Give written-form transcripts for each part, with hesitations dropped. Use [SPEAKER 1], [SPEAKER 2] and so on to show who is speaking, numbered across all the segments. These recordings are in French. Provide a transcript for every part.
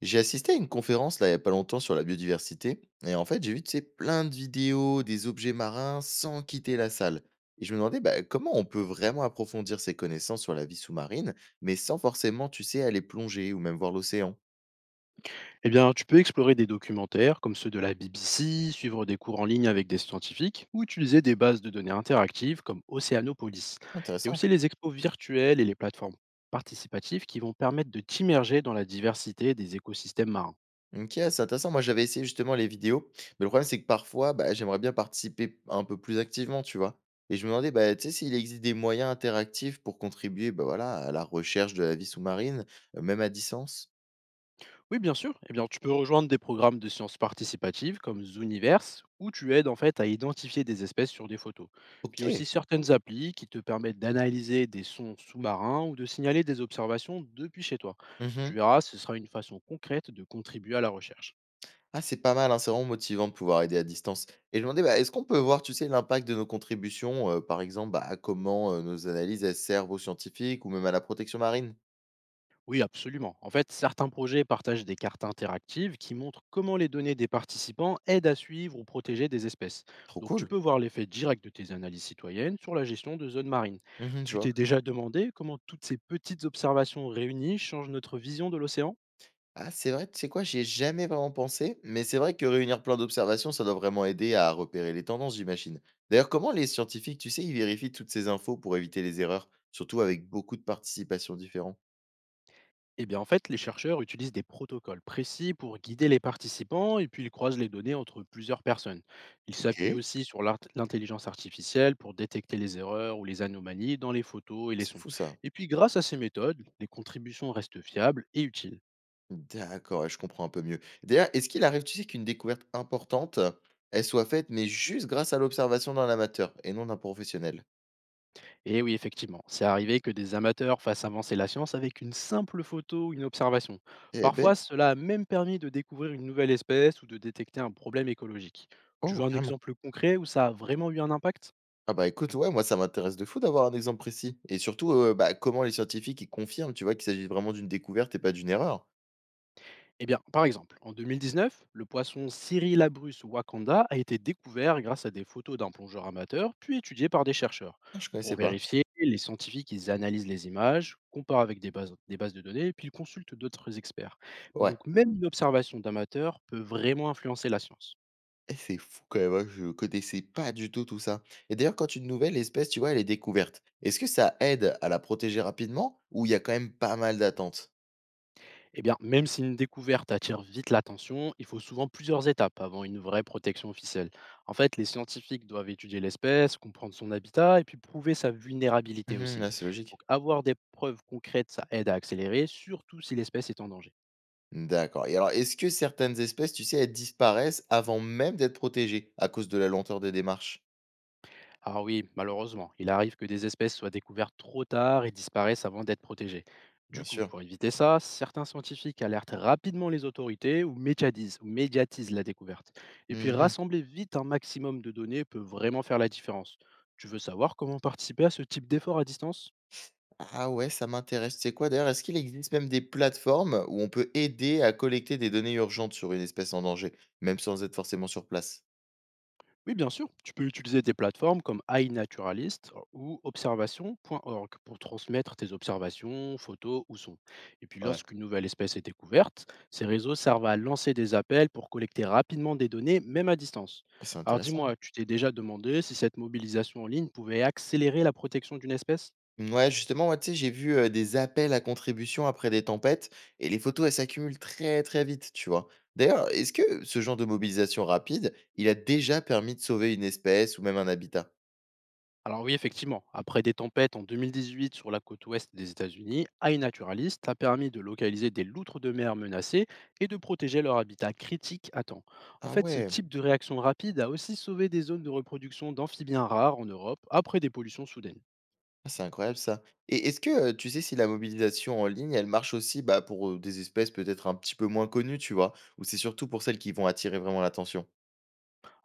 [SPEAKER 1] J'ai assisté à une conférence là il y a pas longtemps sur la biodiversité et en fait j'ai vu, tu sais, plein de vidéos des objets marins sans quitter la salle, et je me demandais comment on peut vraiment approfondir ses connaissances sur la vie sous-marine mais sans forcément, tu sais, aller plonger ou même voir l'océan.
[SPEAKER 2] Eh bien, tu peux explorer des documentaires comme ceux de la BBC, suivre des cours en ligne avec des scientifiques ou utiliser des bases de données interactives comme Oceanopolis. Il y a
[SPEAKER 1] Intéressant.
[SPEAKER 2] aussi les expos virtuelles et les plateformes participatives qui vont permettre de t'immerger dans la diversité des écosystèmes marins.
[SPEAKER 1] Ok, c'est intéressant, moi j'avais essayé justement les vidéos, mais le problème c'est que parfois j'aimerais bien participer un peu plus activement, tu vois, et je me demandais, tu sais, s'il existe des moyens interactifs pour contribuer, voilà, à la recherche de la vie sous-marine, même à distance.
[SPEAKER 2] Oui, bien sûr. Eh bien, tu peux rejoindre des programmes de sciences participatives comme Zooniverse, où tu aides en fait à identifier des espèces sur des photos. Puis il y a aussi
[SPEAKER 1] Ok.
[SPEAKER 2] certaines applis qui te permettent d'analyser des sons sous-marins ou de signaler des observations depuis chez toi. Tu
[SPEAKER 1] Mhm.
[SPEAKER 2] verras, ce sera une façon concrète de contribuer à la recherche.
[SPEAKER 1] Ah, c'est pas mal, hein, c'est vraiment motivant de pouvoir aider à distance. Et je me demandais, est-ce qu'on peut voir, tu sais, l'impact de nos contributions, par exemple, à comment nos analyses elles servent aux scientifiques ou même à la protection marine?
[SPEAKER 2] Oui, absolument. En fait, certains projets partagent des cartes interactives qui montrent comment les données des participants aident à suivre ou protéger des espèces.
[SPEAKER 1] Trop
[SPEAKER 2] Donc, tu
[SPEAKER 1] cool.
[SPEAKER 2] peux voir l'effet direct de tes analyses citoyennes sur la gestion de zones marines.
[SPEAKER 1] Mhm, je
[SPEAKER 2] Tu
[SPEAKER 1] vois.
[SPEAKER 2] t'es déjà demandé comment toutes ces petites observations réunies changent notre vision de l'océan.
[SPEAKER 1] Ah, c'est vrai, tu sais quoi, j'y ai jamais vraiment pensé, mais c'est vrai que réunir plein d'observations, ça doit vraiment aider à repérer les tendances, j'imagine. D'ailleurs, comment les scientifiques, tu sais, ils vérifient toutes ces infos pour éviter les erreurs, surtout avec beaucoup de participations différentes?
[SPEAKER 2] Eh bien, en fait, les chercheurs utilisent des protocoles précis pour guider les participants et puis ils croisent les données entre plusieurs personnes. Ils
[SPEAKER 1] Ok,
[SPEAKER 2] s'appuient aussi sur l'intelligence artificielle pour détecter les erreurs ou les anomalies dans les photos et les
[SPEAKER 1] c'est
[SPEAKER 2] sons.
[SPEAKER 1] fou ça.
[SPEAKER 2] Et puis, grâce à ces méthodes, les contributions restent fiables et utiles.
[SPEAKER 1] D'accord, ouais, je comprends un peu mieux. D'ailleurs, est-ce qu'il arrive, tu sais, qu'une découverte importante, elle soit faite, mais juste grâce à l'observation d'un amateur et non d'un professionnel?
[SPEAKER 2] Et oui, effectivement, c'est arrivé que des amateurs fassent avancer la science avec une simple photo ou une observation.
[SPEAKER 1] Eh ben,
[SPEAKER 2] Parfois, cela a même permis de découvrir une nouvelle espèce ou de détecter un problème écologique. Tu
[SPEAKER 1] oh,
[SPEAKER 2] veux un
[SPEAKER 1] carrément.
[SPEAKER 2] exemple concret où ça a vraiment eu un impact?
[SPEAKER 1] Ah bah écoute, ouais, moi ça m'intéresse de fou d'avoir un exemple précis. Et surtout, comment les scientifiques ils confirment, tu vois, qu'il s'agit vraiment d'une découverte et pas d'une erreur.
[SPEAKER 2] Eh bien, par exemple, en 2019, le poisson Cyrilabrus wakanda a été découvert grâce à des photos d'un plongeur amateur, puis étudié par des chercheurs.
[SPEAKER 1] Ah, je
[SPEAKER 2] Pour
[SPEAKER 1] connaissais pas.
[SPEAKER 2] vérifier, les scientifiques ils analysent les images, comparent avec des bases de données, puis ils consultent d'autres experts.
[SPEAKER 1] Ouais.
[SPEAKER 2] Donc, même une observation d'amateur peut vraiment influencer la science.
[SPEAKER 1] Eh, c'est fou quand même, hein, je connaissais pas du tout tout ça. Et d'ailleurs, quand une nouvelle espèce, tu vois, elle est découverte, est-ce que ça aide à la protéger rapidement ou il y a quand même pas mal d'attentes?
[SPEAKER 2] Eh bien, même si une découverte attire vite l'attention, il faut souvent plusieurs étapes avant une vraie protection officielle. En fait, les scientifiques doivent étudier l'espèce, comprendre son habitat et puis prouver sa vulnérabilité
[SPEAKER 1] Mhm,
[SPEAKER 2] aussi.
[SPEAKER 1] ouais, c'est
[SPEAKER 2] Donc,
[SPEAKER 1] logique.
[SPEAKER 2] avoir des preuves concrètes, ça aide à accélérer, surtout si l'espèce est en danger.
[SPEAKER 1] D'accord, et alors est-ce que certaines espèces, tu sais, elles disparaissent avant même d'être protégées, à cause de la lenteur des démarches?
[SPEAKER 2] Ah oui, malheureusement, il arrive que des espèces soient découvertes trop tard et disparaissent avant d'être protégées. Du
[SPEAKER 1] Bien
[SPEAKER 2] coup,
[SPEAKER 1] sûr.
[SPEAKER 2] pour éviter ça, certains scientifiques alertent rapidement les autorités ou médiatisent la découverte. Et puis
[SPEAKER 1] Mmh.
[SPEAKER 2] rassembler vite un maximum de données peut vraiment faire la différence. Tu veux savoir comment participer à ce type d'effort à distance?
[SPEAKER 1] Ah ouais, ça m'intéresse. C'est quoi d'ailleurs, est-ce qu'il existe même des plateformes où on peut aider à collecter des données urgentes sur une espèce en danger, même sans être forcément sur place?
[SPEAKER 2] Oui, bien sûr. Tu peux utiliser des plateformes comme iNaturalist ou observation.org pour transmettre tes observations, photos ou sons. Et puis,
[SPEAKER 1] Ouais,
[SPEAKER 2] lorsqu'une nouvelle espèce est découverte, ces réseaux servent à lancer des appels pour collecter rapidement des données, même à distance.
[SPEAKER 1] c'est
[SPEAKER 2] Alors,
[SPEAKER 1] intéressant.
[SPEAKER 2] dis-moi, tu t'es déjà demandé si cette mobilisation en ligne pouvait accélérer la protection d'une espèce?
[SPEAKER 1] Mmh, ouais, justement, moi, tu sais, j'ai vu, des appels à contribution après des tempêtes, et les photos, elles s'accumulent très, très vite, tu vois? D'ailleurs, est-ce que ce genre de mobilisation rapide, il a déjà permis de sauver une espèce ou même un habitat?
[SPEAKER 2] Alors oui, effectivement, après des tempêtes en 2018 sur la côte ouest des États-Unis, iNaturalist a permis de localiser des loutres de mer menacées et de protéger leur habitat critique à temps. En
[SPEAKER 1] Ah
[SPEAKER 2] fait, ce
[SPEAKER 1] ouais!
[SPEAKER 2] type de réaction rapide a aussi sauvé des zones de reproduction d'amphibiens rares en Europe après des pollutions soudaines.
[SPEAKER 1] Ah, c'est incroyable ça. Et est-ce que, tu sais si la mobilisation en ligne, elle marche aussi, pour, des espèces peut-être un petit peu moins connues, tu vois? Ou c'est surtout pour celles qui vont attirer vraiment l'attention?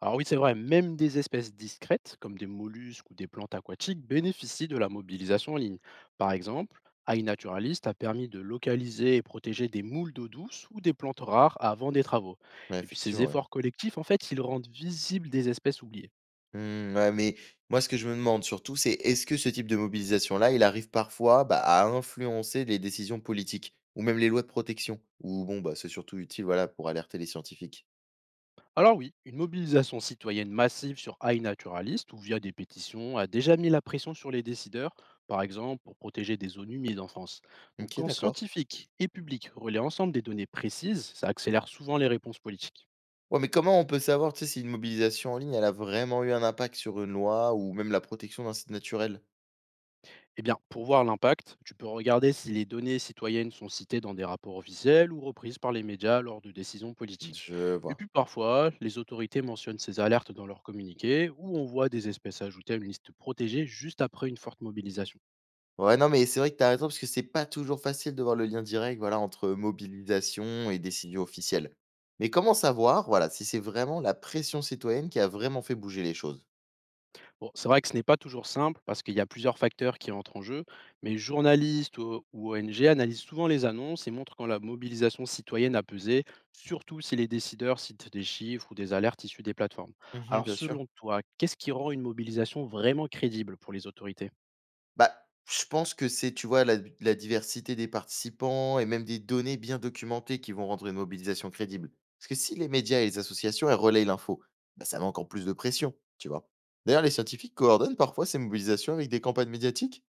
[SPEAKER 2] Alors oui, c'est vrai, même des espèces discrètes, comme des mollusques ou des plantes aquatiques, bénéficient de la mobilisation en ligne. Par exemple, iNaturalist a permis de localiser et protéger des moules d'eau douce ou des plantes rares avant des travaux.
[SPEAKER 1] Ouais,
[SPEAKER 2] Et puis ces
[SPEAKER 1] effectivement, ouais.
[SPEAKER 2] efforts collectifs, en fait, ils rendent visibles des espèces oubliées.
[SPEAKER 1] Mmh, ouais, mais moi, ce que je me demande surtout, c'est est-ce que ce type de mobilisation-là, il arrive parfois, à influencer les décisions politiques? Ou même les lois de protection? Ou bon, c'est surtout utile, voilà, pour alerter les scientifiques?
[SPEAKER 2] Alors oui, une mobilisation citoyenne massive sur iNaturalist ou via des pétitions a déjà mis la pression sur les décideurs, par exemple pour protéger des zones humides en France. Donc
[SPEAKER 1] OK,
[SPEAKER 2] quand
[SPEAKER 1] d'accord.
[SPEAKER 2] scientifiques et publics relaient ensemble des données précises, ça accélère souvent les réponses politiques.
[SPEAKER 1] Ouais, mais comment on peut savoir, tu sais, si une mobilisation en ligne, elle a vraiment eu un impact sur une loi ou même la protection d'un site naturel?
[SPEAKER 2] Eh bien, pour voir l'impact, tu peux regarder si les données citoyennes sont citées dans des rapports officiels ou reprises par les médias lors de décisions politiques.
[SPEAKER 1] Je
[SPEAKER 2] Et
[SPEAKER 1] vois.
[SPEAKER 2] puis parfois, les autorités mentionnent ces alertes dans leurs communiqués ou on voit des espèces ajoutées à une liste protégée juste après une forte mobilisation.
[SPEAKER 1] Ouais, non, mais c'est vrai que tu as raison parce que c'est pas toujours facile de voir le lien direct, voilà, entre mobilisation et décision officielle. Mais comment savoir, voilà, si c'est vraiment la pression citoyenne qui a vraiment fait bouger les choses?
[SPEAKER 2] Bon, c'est vrai que ce n'est pas toujours simple parce qu'il y a plusieurs facteurs qui entrent en jeu, mais journalistes ou ONG analysent souvent les annonces et montrent quand la mobilisation citoyenne a pesé, surtout si les décideurs citent des chiffres ou des alertes issues des plateformes.
[SPEAKER 1] Mhm,
[SPEAKER 2] Alors
[SPEAKER 1] bien sûr.
[SPEAKER 2] selon toi, qu'est-ce qui rend une mobilisation vraiment crédible pour les autorités?
[SPEAKER 1] Bah, je pense que c'est, tu vois, la diversité des participants et même des données bien documentées qui vont rendre une mobilisation crédible. Parce que si les médias et les associations, elles relayent l'info, ça met encore plus de pression, tu vois. D'ailleurs, les scientifiques coordonnent parfois ces mobilisations avec des campagnes médiatiques?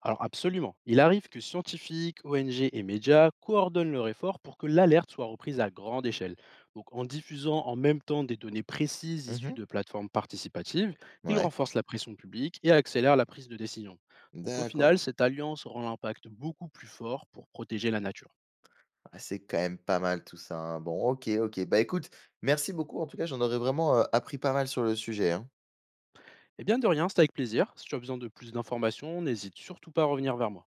[SPEAKER 2] Alors absolument. Il arrive que scientifiques, ONG et médias coordonnent leur effort pour que l'alerte soit reprise à grande échelle. Donc en diffusant en même temps des données précises issues
[SPEAKER 1] Mhm.
[SPEAKER 2] de plateformes participatives, ils
[SPEAKER 1] Ouais,
[SPEAKER 2] renforcent la pression publique et accélèrent la prise de décision. Donc au
[SPEAKER 1] d'accord.
[SPEAKER 2] final, cette alliance rend l'impact beaucoup plus fort pour protéger la nature.
[SPEAKER 1] Ah, c'est quand même pas mal tout ça, hein. Bon, OK, OK. Bah, écoute, merci beaucoup. En tout cas, j'en aurais vraiment, appris pas mal sur le sujet, hein.
[SPEAKER 2] Et bien de rien, c'est avec plaisir. Si tu as besoin de plus d'informations, n'hésite surtout pas à revenir vers moi.